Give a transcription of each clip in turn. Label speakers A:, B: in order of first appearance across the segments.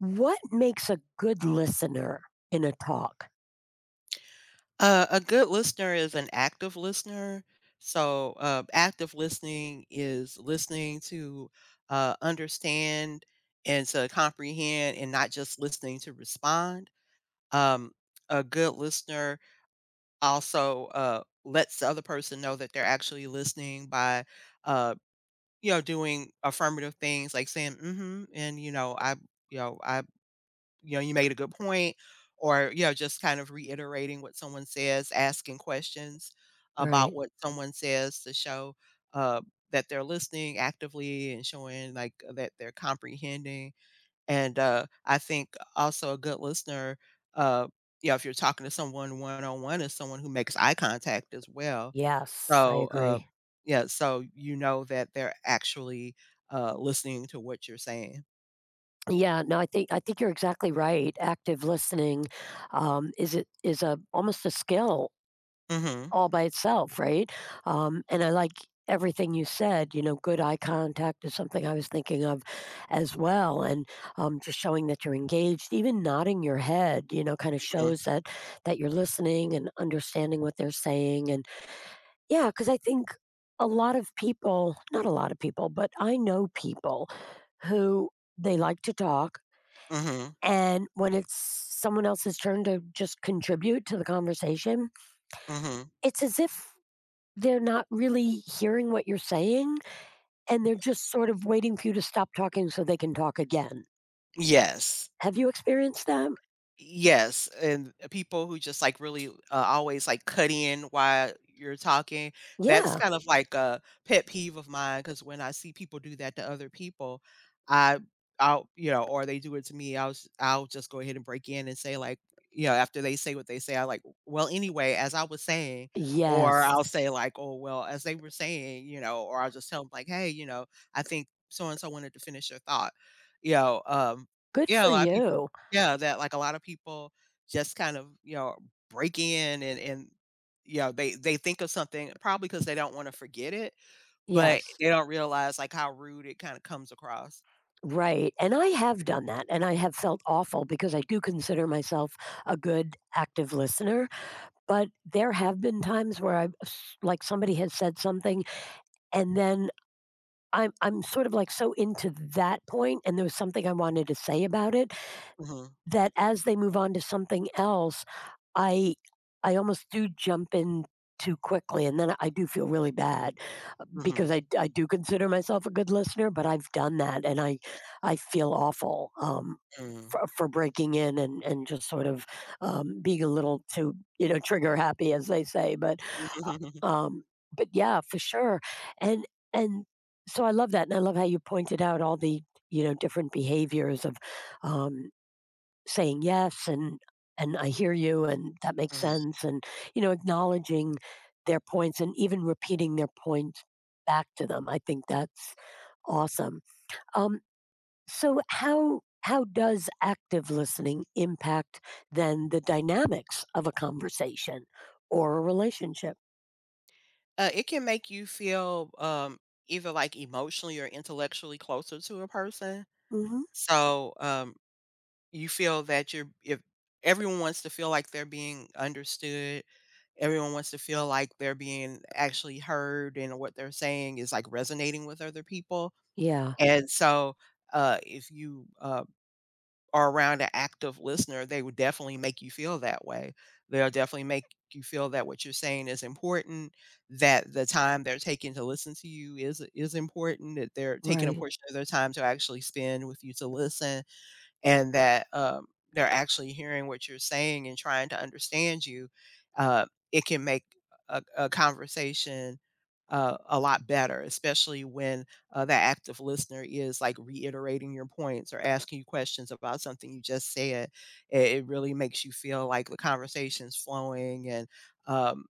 A: What makes a good listener in a talk?
B: A good listener is an active listener. So active listening is listening to understand and to comprehend and not just listening to respond. Um, a good listener also lets the other person know that they're actually listening by, uh, doing affirmative things like saying, mm hmm, and, you know, I you made a good point, or, just kind of reiterating what someone says, asking questions about
A: Right.
B: what someone says to show uh, that they're listening actively and showing like that they're comprehending. And I think also a good listener, uh, if you're talking to someone one on one, is someone who makes eye contact as well.
A: Yes, I
B: So, uh,
A: agree.
B: yeah, so you know that they're actually listening to what you're saying.
A: Yeah, no, I think you're exactly right. Active listening is it is a almost a skill
B: Mm-hmm.
A: all by itself, right? And I like everything you said. Good eye contact is something I was thinking of as well, and just showing that you're engaged, even nodding your head, kind of shows that you're listening and understanding what they're saying, and yeah, because I think a lot of people, not a lot of people, but I know people who, they like to talk,
B: Mm-hmm.
A: and when it's someone else's turn to just contribute to the conversation,
B: Mm-hmm.
A: it's as if they're not really hearing what you're saying, and they're just sort of waiting for you to stop talking so they can talk again.
B: Yes.
A: Have you experienced that?
B: Yes, and people who just, like, really, always, like, cut in while you're talking, that's
A: Yeah.
B: kind of like a pet peeve of mine because when I see people do that to other people, I I'll, or they do it to me, I'll just go ahead and break in and say, like after they say what they say, I like, "Well, anyway, as I was saying," or
A: Yes.
B: I'll say, like, "Oh, well, as they were saying," or I'll just tell them like, "Hey, you know, I think so and so wanted to finish your thought." You know, um,
A: Good
B: yeah,
A: for you.
B: a lot of people just kind of, break in and they think of something probably because they don't wanna forget it, but
A: Yes.
B: they don't realize like how rude it kinda comes across.
A: Right, and I have done that, and I have felt awful because I do consider myself a good active listener, but there have been times where I've, like, somebody has said something, and then I'm sort of, like, so into that point, and there was something I wanted to say about it,
B: Mhm,
A: that as they move on to something else, I I almost do jump in too quickly, and then I do feel really bad
B: mhm,
A: because I do consider myself a good listener, but I've done that, and I feel awful,
B: mhm,
A: for breaking in and just sort of, being a little too, trigger happy, as they say, but,
B: mhm.
A: um but yeah, for sure, and and so I love that, and I love how you pointed out all the, different behaviors of, um, saying yes and I hear you, and that makes sense, and, acknowledging their points and even repeating their point back to them. I think that's awesome. Um, so how does active listening impact then the dynamics of a conversation or a relationship?
B: It can make you feel, either like emotionally or intellectually closer to a person.
A: Mhm.
B: So, um, you feel that you're if everyone wants to feel like they're being understood. Everyone wants to feel like they're being actually heard and what they're saying is, like, resonating with other people,
A: Yeah,
B: and so, if you are around an active listener, they would definitely make you feel that way. They'll definitely make you feel that what you're saying is important, that the time they're taking to listen to you is important, that they're taking a
A: right.
B: portion of their time to actually spend with you to listen and that they're actually hearing what you're saying and trying to understand you. Uh, it can make a conversation a lot better, especially when that active listener is like reiterating your points or asking you questions about something you just said. It really makes you feel like the conversation's flowing and, um,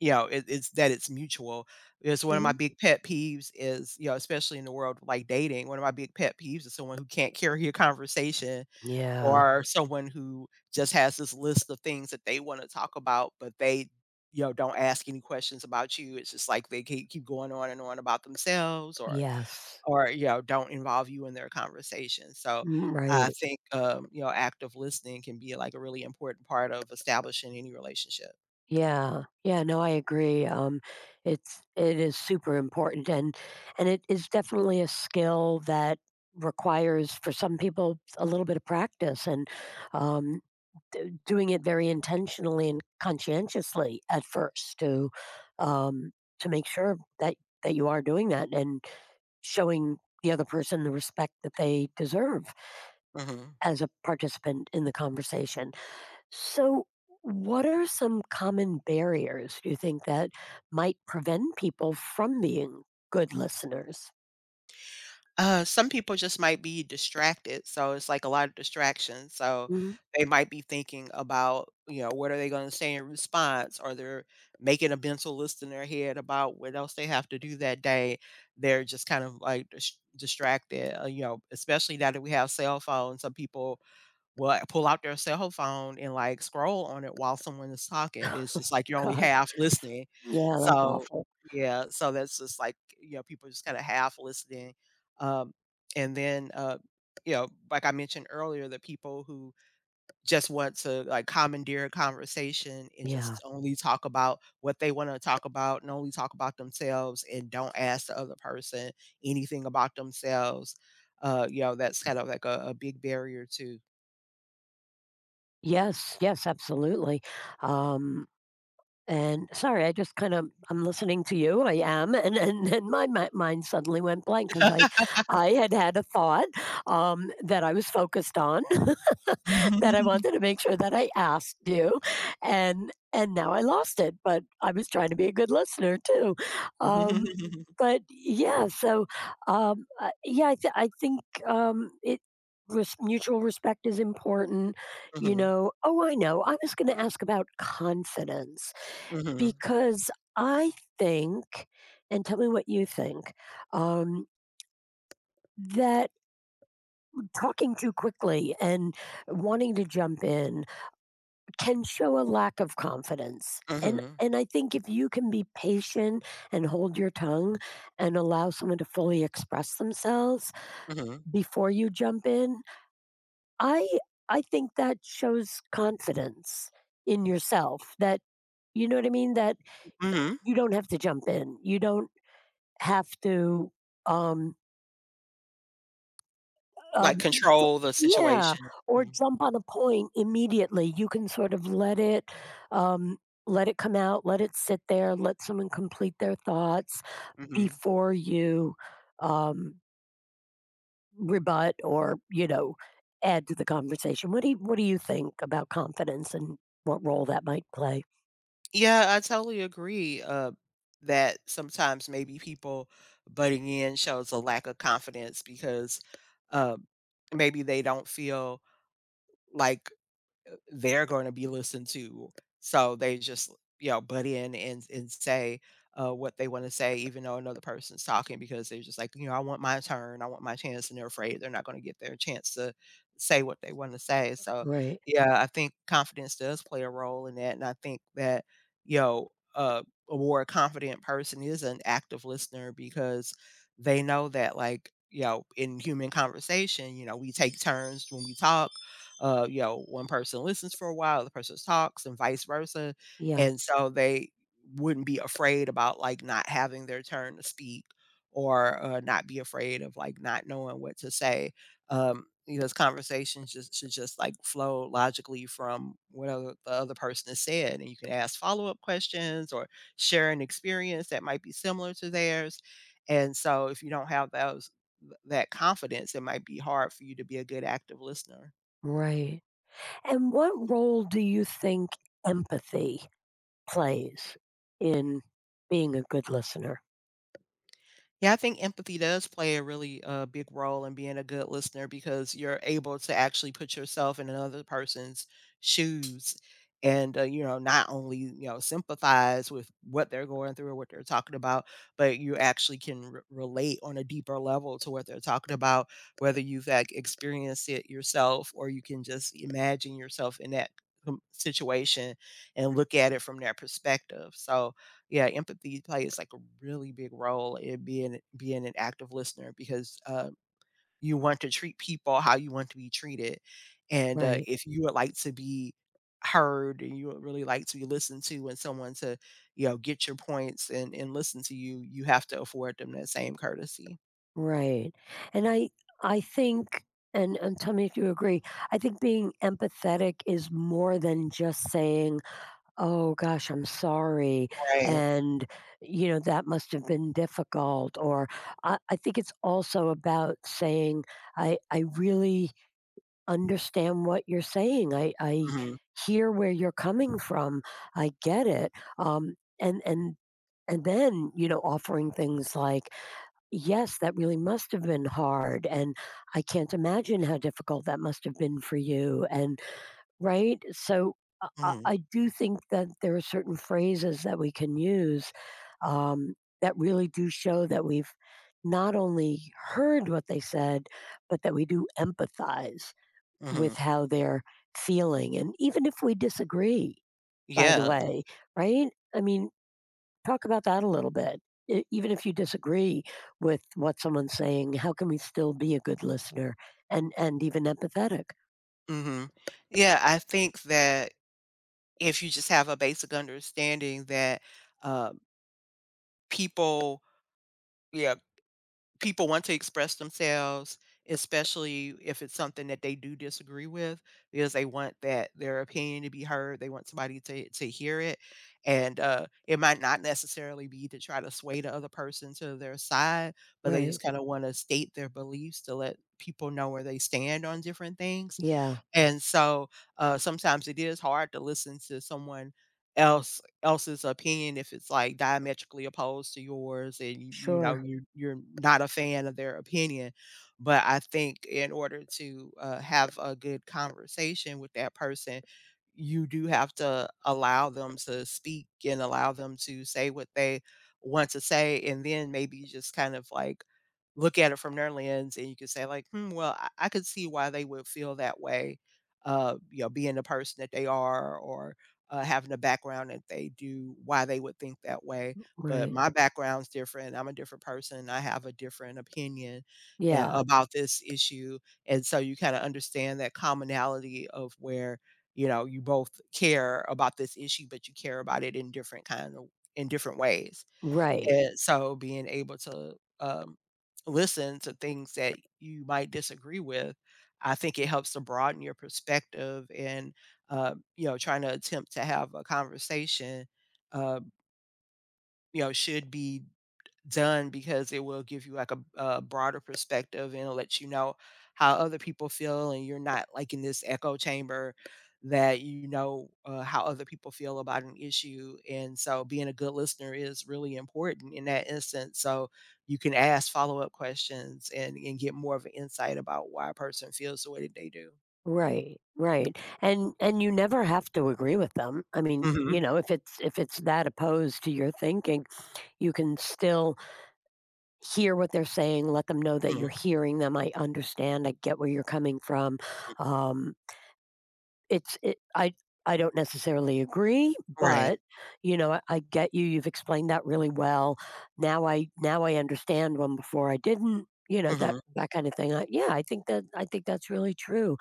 B: it it's that it's mutual. It's one of my
A: Mhm.
B: big pet peeves is, especially in the world of, like, dating, one of my big pet peeves is someone who can't carry a conversation,
A: Yeah.
B: or someone who just has this list of things that they wanna talk about, but they, don't ask any questions about you. It's just like they keep going on and on about themselves,
A: Yes.
B: or, don't involve you in their conversation. So,
A: Mhm.
B: I
A: Right.
B: think, active listening can be, like, a really important part of establishing any relationship.
A: Yeah. Yeah, no, I agree. It is super important, and it is definitely a skill that requires, for some people, a little bit of practice, and um doing it very intentionally and conscientiously at first to, um, to make sure that you are doing that, and showing the other person the respect that they deserve
B: Mhm.
A: as a participant in the conversation. So, what are some common barriers, do you think, that might prevent people from being good listeners?
B: Some people just might be distracted, so it's like a lot of distractions. So
A: Mhm.
B: they might be thinking about, what are they going to say in response, or they're making a mental list in their head about what else they have to do that day. They're just kind of like distracted, especially now that we have cell phones. Some people will, like, pull out their cell phone and, like, scroll on it while someone is talking. It's just like you're only
A: God,
B: half listening.
A: yeah, that's
B: So
A: awful.
B: yeah, so that's just like, people just kinda half listening. Um, and then, you know, Like I mentioned earlier, the people who just want to, like, commandeer a conversation and
A: Yeah.
B: just only talk about what they wanna talk about and only talk about themselves and don't ask the other person anything about themselves. That's kind of like a big barrier to…
A: Yes, yes, absolutely. Um, And sorry, I just kind of I'm listening to you. I am, and then my mind suddenly went blank because I had had a thought, that I was focused on that I
B: Mhm.
A: wanted to make sure that I asked you, and now I lost it. But I was trying to be a good listener too. Um, but yeah, so yeah, I think, it. Mutual respect is important, you
B: Mhm.
A: know. Oh, I know. I was going to ask about confidence
B: Mhm.
A: because I think, and tell me what you think, um, that talking too quickly and wanting to jump in can show a lack of confidence. And
B: Mhm.
A: and I think if you can be patient and hold your tongue and allow someone to fully express themselves
B: Mhm.
A: before you jump in, I I think that shows confidence in yourself that, you know what I mean, that
B: Mhm.
A: you don't have to jump in. You don't have to um
B: Like,
A: um
B: control the
A: yeah,
B: situation.
A: or
B: Mhm.
A: jump on a point immediately. You can sort of let um it come out, let it sit there, let someone complete their thoughts
B: Mhm.
A: before you um rebut, or you know add to the conversation. What do you think about confidence and what role that might play?
B: Yeah, I totally agree, that sometimes maybe people butting in shows a lack of confidence because, um, maybe they don't feel like they're going to be listened to. So they just, butt in and say what they want to say, even though another person's talking, because they're just like, I want my turn, I want my chance, and they're afraid they're not going to get their chance to say what they want to say. So,
A: Right,
B: yeah, I think confidence does play a role in that, and I think that, you know, uh, a more confident person is an active listener because they know that, like, in human conversation, we take turns when we talk. One person listens for a while, the person talks, and vice versa.
A: yeah,
B: And so they wouldn't be afraid about like not having their turn to speak, or not be afraid of like not knowing what to say. This conversation just should just like flow logically from what the other person has said, and you can ask follow up questions or share an experience that might be similar to theirs. And so, if you don't have those that confidence, it might be hard for you to be a good active listener.
A: right, and what role do you think empathy plays in being a good listener?
B: Yeah, I think empathy does play a really big role in being a good listener because you're able to actually put yourself in another person's shoes, and not only sympathize with what they're going through or what they're talking about, but you actually can relate on a deeper level to what they're talking about, whether you've like experienced it yourself or you can just imagine yourself in that situation and look at it from their perspective. So yeah, empathy plays like a really big role in being an active listener because you want to treat people how you want to be treated, and
A: Right.
B: if you would like to be heard and you would really like to be listened to and someone to get your points and listen to you, you have to afford them that same courtesy.
A: Right. And I think, and, tell me if you agree. I think being empathetic is more than just saying, "Oh gosh, I'm sorry,"
B: Right.
A: and, you know, that must have been difficult. Or I think it's also about saying, "I really understand what you're saying. I
B: Hmm.
A: hear where you're coming from. I get it." Um, and and And then, offering things like, yes, that really must have been hard. And I can't imagine how difficult that must have been for you. And right. So I, I
B: Hmm.
A: I do think that there are certain phrases that we can use, um, that really do show that we've not only heard what they said, but that we do empathize with
B: Hmm.
A: how they're feeling. And even if we disagree, by the
B: Yeah.
A: way, right? I mean, talk about that a little bit. E even if you disagree with what someone's saying, how can we still be a good listener, and even empathetic?
B: Hmm. Yeah. I think that if you just have a basic understanding that uh, people, yeah, people want to express themselves, especially if it's something that they do disagree with, because they want that their opinion to be heard. They want somebody to hear it, and it might not necessarily be to try to sway the other person to their side, but they
A: Right.
B: just kind of want to state their beliefs to let people know where they stand on different things.
A: Yeah.
B: And so, sometimes it is hard to listen to someone else's opinion if it's like diametrically opposed to yours and you know
A: Sure.
B: you you're not a fan of their opinion, but I think in order to have a good conversation with that person, you do have to allow them to speak and allow them to say what they want to say, and then maybe just kind of like look at it from their lens, and you can say like, hmm, well I could see why they would feel that way, being the person that they are, or having a background that they do, why they would think that way. But
A: Right.
B: my background's different. I'm a different person. I have a different opinion
A: Yeah.
B: about this issue. And so you kind of understand that commonality of where, you both care about this issue, but you care about it in different kind of, in different ways.
A: Right.
B: And so being able to, listen to things that you might disagree with, I think it helps to broaden your perspective, and, trying to attempt to have a conversation, um, should be done because it will give you like a broader perspective, and it'll let you know how other people feel and you're not like in this echo chamber, that how other people feel about an issue. And so being a good listener is really important in that instance, so you can ask follow-up questions and, get more of an insight about why a person feels the way that they do.
A: Right. Right. And you never have to agree with them. I mean,
B: Hmm.
A: you know, if it's that opposed to your thinking, you can still hear what they're saying, let them know that
B: Hmm.
A: you're hearing them. I understand. I get where you're coming from. Um It's it I don't necessarily agree,
B: Right.
A: but, I get you, you've explained that really well. Now I understand when, before, I didn't, that
B: Hmm.
A: that kind of thing. I Yeah, I think that's really true.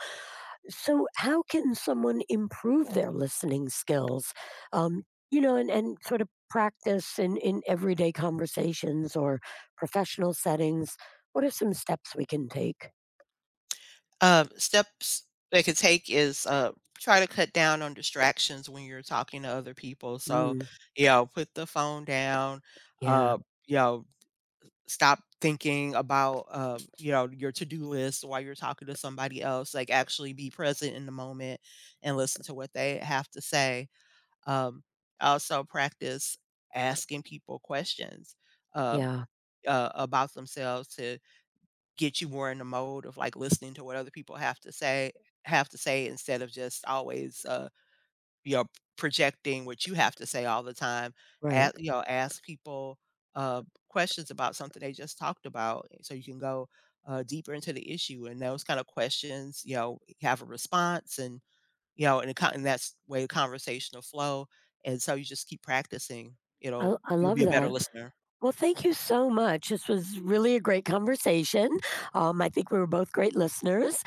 A: So how can someone improve their listening skills? Um, and sort of practice in everyday conversations or professional settings. What are some steps we can take?
B: Steps they could take is, try to cut down on distractions when you're talking to other people. So,
A: Mm,
B: put the phone down,
A: yeah,
B: uh, you know, stop thinking about, your to-do list while you're talking to somebody else, like, actually be present in the moment and listen to what they have to say. Um, Also practice asking people questions, uh,
A: yeah,
B: about themselves to get you more in the mode of like listening to what other people have to say instead of just always you know projecting what you have to say all the time.
A: right.
B: Ask, ask people uh questions about something they just talked about, so you can go deeper into the issue, and those kind of questions have a response, and and that's way the conversation will flow. And so you just keep practicing,
A: I
B: you'll
A: love
B: be a better
A: that.
B: listener.
A: Well, thank you so much. This was really a great conversation. I think we were both great listeners,